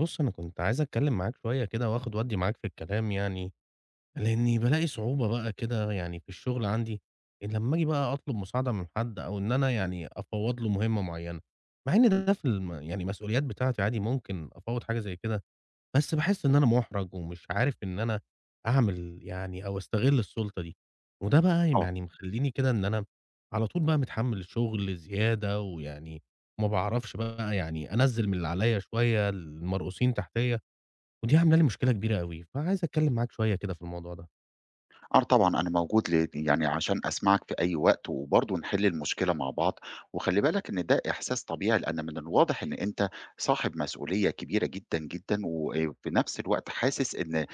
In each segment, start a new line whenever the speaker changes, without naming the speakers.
بُص، أنا كنت عايز أتكلّم معاك شوية كده وآخُد وأدّي معاك في الكلام يعني، لإنّي بالاقي صعوبة بقى كده يعني في الشغل عندي، إن لمّا آجي بقى أطلب مساعدة من حد أو إن أنا يعني أفوّض له مهمة معيّنة، مع إن
إمم،
ده في يعني المسؤوليات بتاعتي عادي ممكن أفوّض حاجة زي كده، بس باحس إن أنا مُحرَج ومش عارف إن أنا أعمل يعني أو أستغِل السُلطة دي، وده بقى
آه.
يعني مخلّيني كده إن أنا على طول بقى متحمّل الشغل زيادة ويعني ما باعرفش بقى يعني أنزّل من اللي عليّا شوية، المرؤوسين تحتيّا ودي عاملة لي مشكلة كبيرة أوي، فعايز أتكلّم معاك شوية كده في الموضوع ده.
آه طبعًا أنا موجود ل يعني عشان أسمعك في أي وقت، وبرضه نحل المشكلة مع بعض، وخلّي بالك إن ده إحساس طبيعي، لأن من الواضح إن أنت صاحب مسؤولية كبيرة جدًا، جدًا، وفي نفس الوقت حاسس إن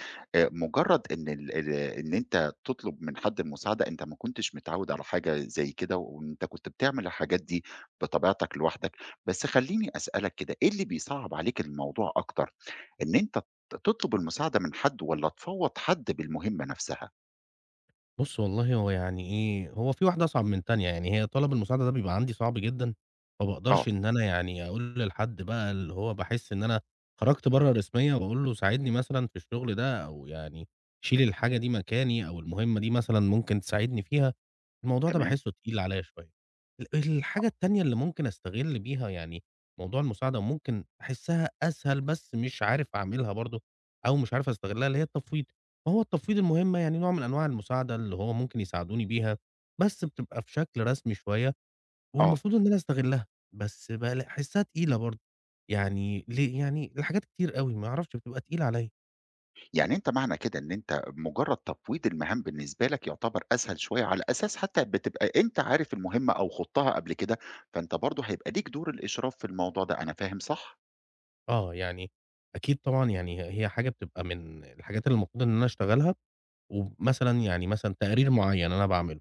مجرد إن ال ال إن أنت تطلب من حد المساعدة، أنت ما كنتش متعود على حاجة زي كده، وأنت كنت بتعمل الحاجات دي بطبيعتك لوحدك، بس خلّيني أسألك كده، إيه اللي بيصعّب عليك الموضوع أكتر، إن أنت تطلب المساعدة من حد والّا تفوّض حد بالمهمة نفسها؟
بُص والله هو يعني إيه، هو في واحدة أصعب من تانية، يعني هي طلب المساعدة ده بيبقى عندي صعب جدًا، ما باقدرش
آه،
إن أنا يعني أقول لحد بقى اللي هو باحس إن أنا خرجت برّه الرسمية وأقول له ساعدني مثلًا في الشغل ده أو يعني شيل الحاجة دي مكاني أو المهمة دي مثلًا ممكن تساعدني فيها. الموضوع ده
تمام،
باحسّه تقيل عليّا شوية. ال الحاجة
آه،
التانية اللي ممكن أستغِل بيها يعني موضوع المساعدة وممكن أحسّها أسهل بس مش عارف أعملها برضه أو مش عارف أستغلّها، اللي هي التفويض. ما هو التفويض المهمة يعني نوع من أنواع المساعدة اللي هو ممكن يساعدوني بيها، بس بتبقى في شكل رسمي شوية
آه،
والمفروض إن أنا أستغلّها، بس أحسّها تقيلة برضه. يعني ليه يعني لحاجات كتير أوي ما أعرفش بتبقى تقيلة عليّا.
يعني أنت معنى كده إن أنت مجرد تفويض المهام بالنسبة لك يعتبر أسهل شوية، على أساس حتى بتبقى أنت عارف المهمة أو خُضتها قبل كده، فأنت برضه هيبقى ليك دور الإشراف في الموضوع ده، أنا فاهم صح؟
آه، يعني أكيد طبعًا يعني هي حاجة بتبقى من الحاجات اللي المفروض إن أنا أشتغلها ومثلًا يعني مثلًا تقرير معيّن أنا باعمله،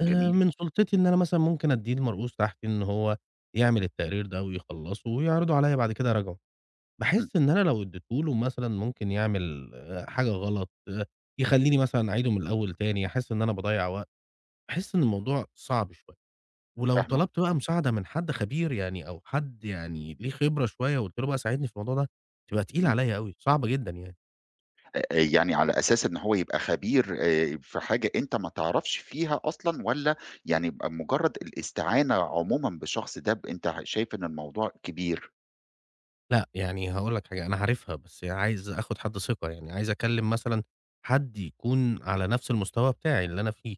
جميل،
من سُلطتي إن أنا مثلًا ممكن أدّيه لمرؤوس تحتي إن هو يعمل التقرير ده ويخلّصه ويعرضه عليّا بعد كده أراجعه،
إمم،
باحس إن أنا لو ادّيته له مثلًا ممكن يعمل حاجة غلط، يخلّيني مثلًا أعيده من الأول تاني، أحس إن أنا باضيّع وقت، باحس إن الموضوع صعب شوية، ولو طلبت
فاهمك،
بقى مساعدة من حد خبير يعني أو حد يعني ليه خبرة شوية وقُلت له بقى ساعدني في الموضوع ده، تبقى تقيلة
إمم،
عليّا أوي، صعبة جدًا يعني.
آآ، يعني على أساس إن هو يبقى خبير في حاجة أنت ما تعرفش فيها أصلًا، والّا يعني يبقى مجرد الاستعانة عمومًا بالشخص ده ب أنت شايف إن الموضوع كبير؟
لأ، يعني هاقول لك حاجة، أنا عارفها، بس عايز آخُد حد ثقة، يعني عايز أكلّم مثلًا حد يكون على نَفْس المستوى بتاعي اللي أنا فيه،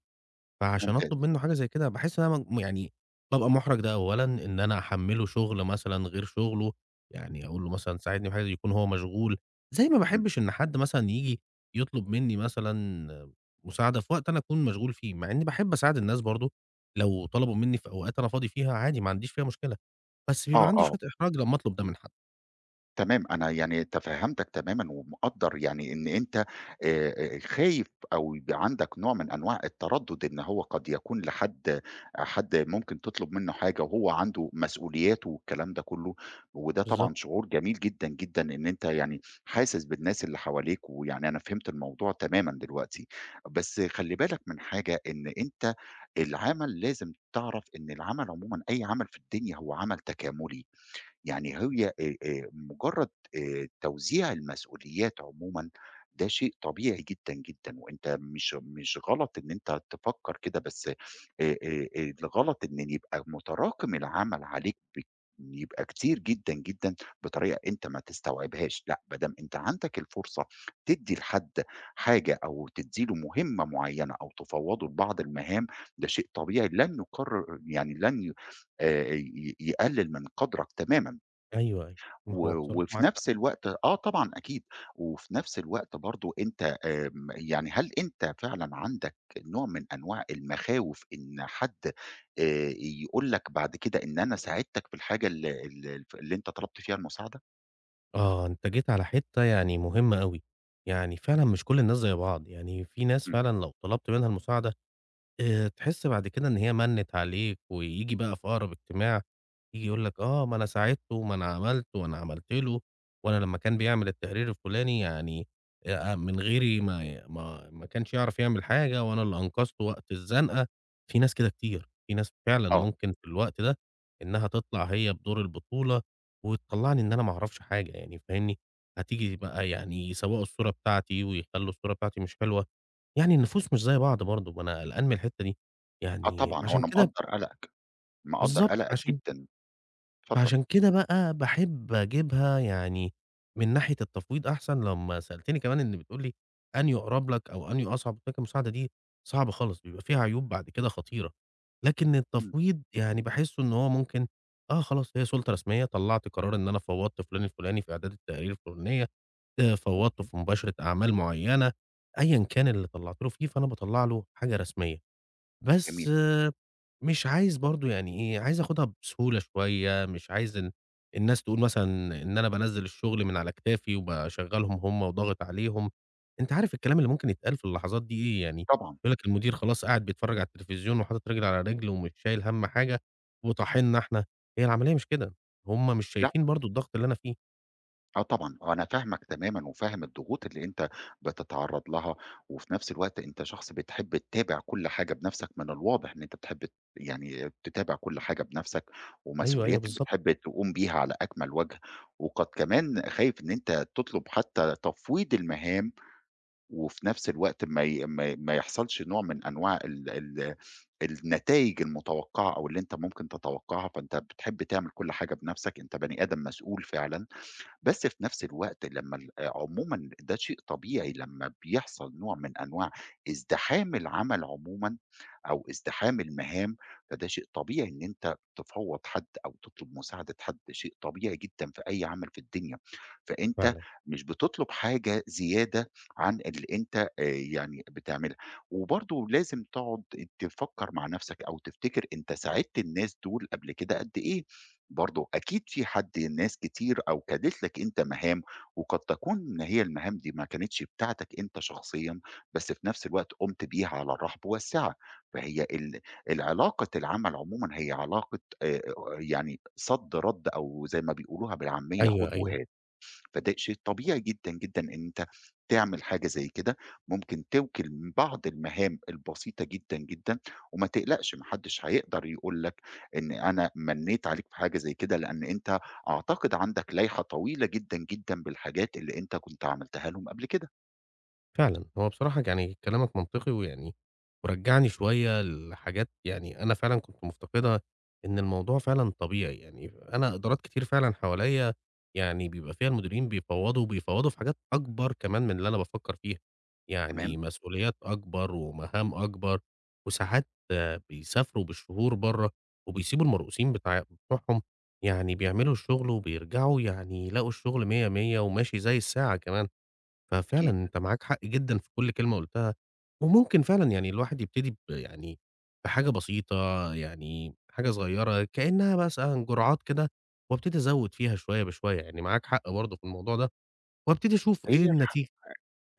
فعشان
ممتاز،
أطلب منّه حاجة زي كده باحس إن أنا يعني بابقى مُحرَج ده أولًا، إن أنا أحمّله شُغل مثلًا غير شُغله، يعني أقول له مثلًا ساعدني في حاجة، يكون هو مشغول، زي ما
إمم،
باحبّش إن حد مثلًا ييجي يطلب منّي مثلًا مساعدة في وقت أنا أكون مشغول فيه، مع إنّي باحب أساعد الناس برضه لو طلبوا منّي في أوقات أنا فاضي فيها عادي ما عنديش فيها مشكلة، بس بيبقى
آه،
عندي
آه.
شوية إحراج لمّا أطلب ده من حد.
تمام، أنا يعني تفهّمتك تمامًا ومقدّر يعني إن أنت خايف أو يبقى عندك نوع من أنواع التردُّد إن هو قد يكون لحد حد ممكن تطلب منّه حاجة وهو عنده مسؤولياته والكلام ده كلّه، وده طبعًا
بالضبط.
شعور جميل جدًا، جدًا إن أنت يعني حاسس بالناس اللي حواليك، ويعني أنا فهمت الموضوع تمامًا دلوقتي. بس خلّي بالك من حاجة، إن أنت لازم تعرف إن العمل عمومًا أي عمل في الدنيا هو عمل تكاملي، يعني هي مجرّد توزيع المسؤوليات عمومًا ده شيء طبيعي جدًا، جدًا، وأنت مش غلط إن أنت تفكّر كده، بس آآ الغلط إن يبقى متراكم العمل عليك يبقى كتير جدًا، جدًا بطريقة أنت ما تستوعبهاش، لأ ما دام أنت عندك الفرصة تدّي لحد حاجة أو تدّي له مهمة معيّنة أو تفوّضه لبعض المهام، ده شيء طبيعي لن يقرر يعني لن ي ي يقلل من قدرك تمامًا.
أيوه، أيوه. ما
و
هو بصراحة
وفي
معاك حق.
نفس الوقت آه طبعًا أكيد، وفي نفس الوقت برضه أنت يعني هل أنت فعلًا عندك نوع من أنواع المخاوف إن حد يقول لك بعد كده إن أنا ساعدتك في الحاجة ال ال ف اللي أنت طلبت فيها المساعدة؟
آه، أنت جيت على حتّة يعني مهمة أوي. يعني فعلًا مش كل الناس زي بعض. يعني في ناس
إمم،
فعلًا لو طلبت منها المساعدة تحس بعد كده إن هي مَنِّت عليك، وييجي بقى في أقرب اجتماع، ييجي يقول لك آه، ما أنا ساعدته وما أنا عملت وأنا عملت له، وأنا لمّا كان بيعمل التقرير الفلاني يعني من غيري ما كانش يعرف يعمل حاجة وأنا اللي أنقذته وقت الزنقة، في ناس كده كتير، في ناس فعلًا
آه،
ممكن في الوقت ده إنها تطلع هي بدور البطولة، وتطلّعني إن أنا ما أعرفش حاجة يعني فاهمني، هتيجي بقى يعني يسوّقوا الصورة بتاعتي ويخلّوا الصورة بتاعتي مش حلوة، يعني النفوس مش زي بعض برضه، ما أنا قلقان من الحتّة دي،
آه
يعني
طبعًا، هو
عشان
أنا
كده
مقدّر قلقك، مقدّر
بالضبط،
قلقك جدًا، اتفضل.
فعشان كده بقى باحب أجيبها يعني من ناحية التفويض أحسن، لمّا سألتني كمان إن بتقول لي أنهي أقرب لك أو أنهي أصعب، قُلت لك المساعدة دي صعبة خالص، بيبقى فيها عيوب بعد كده خطيرة، لكن
إمم،
التفويض يعني باحسه إن هو ممكن خلاص هي سُلطة رسمية، طلّعت قرار إن أنا فوّضت فلان الفلاني في إعداد التقارير الفلانية، فوّضته في مباشرة أعمال معيّنة، أيًا كان اللي طلّعت له فيه، فأنا باطلّع له حاجة رسمية. بس
جميل،
آه، مش عايز برضه يعني إيه، عايز آخُدها بسهولة شوية، مش عايز الناس تقول مثلًا إن أنا بانزِّل الشُغل من على كتافي وباشغّلهم هم وضاغط عليهم، أنت عارف الكلام اللي ممكن يتقال في اللحظات دي إيه يعني،
طبعًا.
يقول لك المدير خلاص قاعد بيتفرّج على التلفزيون وحاطط رِجل على رِجل ومش شايل هَم حاجة وطاحنّا إحنا، هي العملية مش كده، هم مش شايفين برضه الضغط اللي أنا فيه.
آه طبعًا، آه أنا فاهمك تمامًا وفاهم الضغوط اللي أنت بتتعرّض لها، وفي نفس الوقت أنت شخص بتحب تتابع كل حاجة بنفسك، من الواضح إن أنت بتحب ت يعني تتابع كل حاجة بنفسك،
أيوه، أيوه
ومسؤولياتك
بالضبط
بتحب تقوم بيها على أكمل وجه، وقد كمان خايف إن أنت تطلب حتى تفويض المهام، وفي نفس الوقت ما ي ما ما يحصلش نوع من أنواع ال ال النتايج المتوقعة أو اللي أنت ممكن تتوقعها، فأنت بتحب تعمل كل حاجة بنفسك، أنت بني آدم مسؤول فعلًا. بس في نفس الوقت لمّا ال عمومًا ده شيء طبيعي لمّا بيحصل نوع من أنواع ازدحام العمل عمومًا أو ازدحام المهام، فده شيء طبيعي إن أنت تفوّض حد أو تطلب مساعدة حد، شيء طبيعي جدًا في أي عمل في الدنيا. فأنت
فعلًا،
مش بتطلب حاجة زيادة عن اللي أنت بتعملها. وبرضه لازم تقعد تفكّر مع نفسك أو تفتكر أنت ساعدت الناس دول قبل كده قد إيه. برضه أكيد في حد ناس كتير أوكدت لك أنت مهام، وقد تكون إن هي المهام دي ما كانتش بتاعتك أنت شخصيًا، بس في نفس الوقت قُمت بيها على الرحب والسعة، فهي العلاقة العمل عمومًا هي علاقة يعني صَد رَد أو زي ما بيقولوها بالعامية خُد
أيوه، أيوه.
وهات. فده شيء طبيعي جدًا، جدًا إن أنت تعمل حاجة زي كده، ممكن توكِل من بعض المهام البسيطة جدًا، جدًا، وما تقلقش ما حدش هيقدر يقول لك إن أنا منّيت عليك في حاجة زي كده، لإن أنت أعتقد عندك لايحة طويلة جدًا، جدًا بالحاجات اللي أنت كنت عملتها لهم قبل كده،
فعلًا، هو بصراحة يعني كلامك منطقي ويعني ورجّعني شوية لحاجات يعني أنا فعلًا كنت مفتقدها، إن الموضوع فعلًا طبيعي، يعني أنا إدارات كتير فعلًا حواليّا يعني بيبقى فيها المديرين بيفوّضوا، وبيفوّضوا في حاجات أكبر كمان من اللي أنا بافكّر فيها،
تمام؟
يعني مسؤوليات أكبر ومهام أكبر، وساعات آه، بيسافروا بالشهور برّه، وبيسيبوا المرؤوسين بتوعهم يعني بيعملوا الشغل وبيرجعوا يعني يلاقوا الشغل مِيَّة، مِيَّة وماشي زي الساعة كمان، ففعلًا
أكيد.
أنت معاك حق جدًا في كل كلمة قُلتها، وممكن فعلًا يعني الواحد يبتدي ب يعني بحاجة بسيطة، يعني حاجة صغيّرة كإنها مثلًا جرعات كده، وابتدي أزوّد فيها شوية بشوية، يعني معاك حق برضه في الموضوع ده، وابتدي أشوف إيه
هي الح
النتيجة.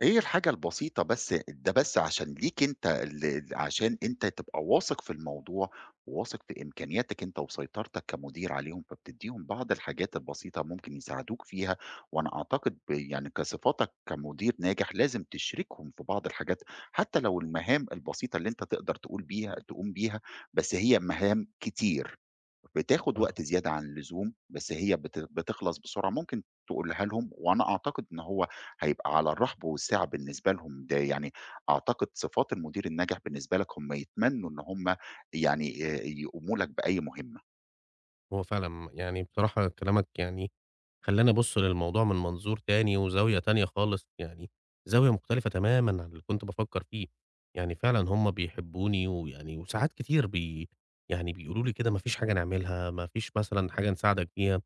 إيه الحاجة البسيطة بس ده بس عشان ليك أنت ال ال عشان أنت تبقى واثق في الموضوع، وواثق في إمكانياتك أنت وسيطرتك كمدير عليهم، فبتدّيهم بعض الحاجات البسيطة ممكن يساعدوك فيها، وأنا أعتقد ب يعني كصفاتك كمدير ناجح لازم تشركهم في بعض الحاجات، حتى لو المهام البسيطة اللي أنت تقدر تقول بيها تقوم بيها، بس هي مهام كتير. بتاخد
آه،
وقت زيادة عن اللزوم، بس هي بتخلص بسرعة، ممكن تقولها لهم وأنا أعتقد إن هو هيبقى على الرحب والسعة بالنسبة لهم، ده يعني أعتقد صفات المدير الناجح بالنسبة لك هم يتمنوا إن هم يعني يقوموا لك بأي مهمة،
هو فعلًا يعني بصراحة كلامك يعني خلّاني أبُص للموضوع من منظور تاني وزاوية تانية خالص، يعني زاوية مختلفة تمامًا عن اللي كنت بافكّر فيه، يعني فعلًا هُم بيحبّوني ويعني وساعات كتير يعني بيقولوا لي كده ما فيش حاجة نعملها، ما فيش مثلًا حاجة نساعدك فيها،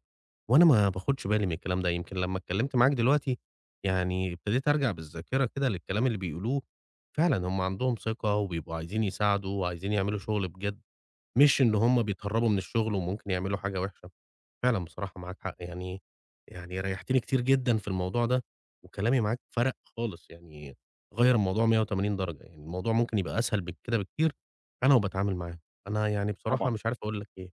وأنا ما باخدش بالي من الكلام ده، يمكن لمّا اتكلّمت معاك دلوقتي يعني ابتديت أرجع بالذاكرة كده للكلام اللي بيقولوه، فعلًا هُم عندهم ثقة وبيبقوا عايزين يساعدوا وعايزين يعملوا شغل بجد. مش إن هم بيتهرّبوا من الشغل وممكن يعملوا حاجة وِحشة. فعلًا بصراحة معاك حق، يعني ريّحتني كتير جدًا في الموضوع ده، وكلامي معاك فرَق خالص، يعني غيّر الموضوع 180 درجة، يعني الموضوع ممكن يبقى أسهل من كده بكتير أنا وباتعامل معاه. أنا يعني بصراحة
طبعًا،
مش عارف أقول لك إيه،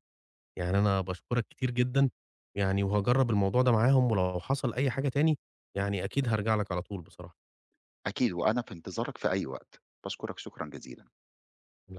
يعني أنا باشكرك كتير جدًا، يعني وهاجرّب الموضوع ده معاهم، ولو حصل أي حاجة تاني يعني أكيد هارجع لك على طول بصراحة.
أكيد وأنا في انتظارك في أي وقت، باشكرك شكرًا جزيلًا.
الع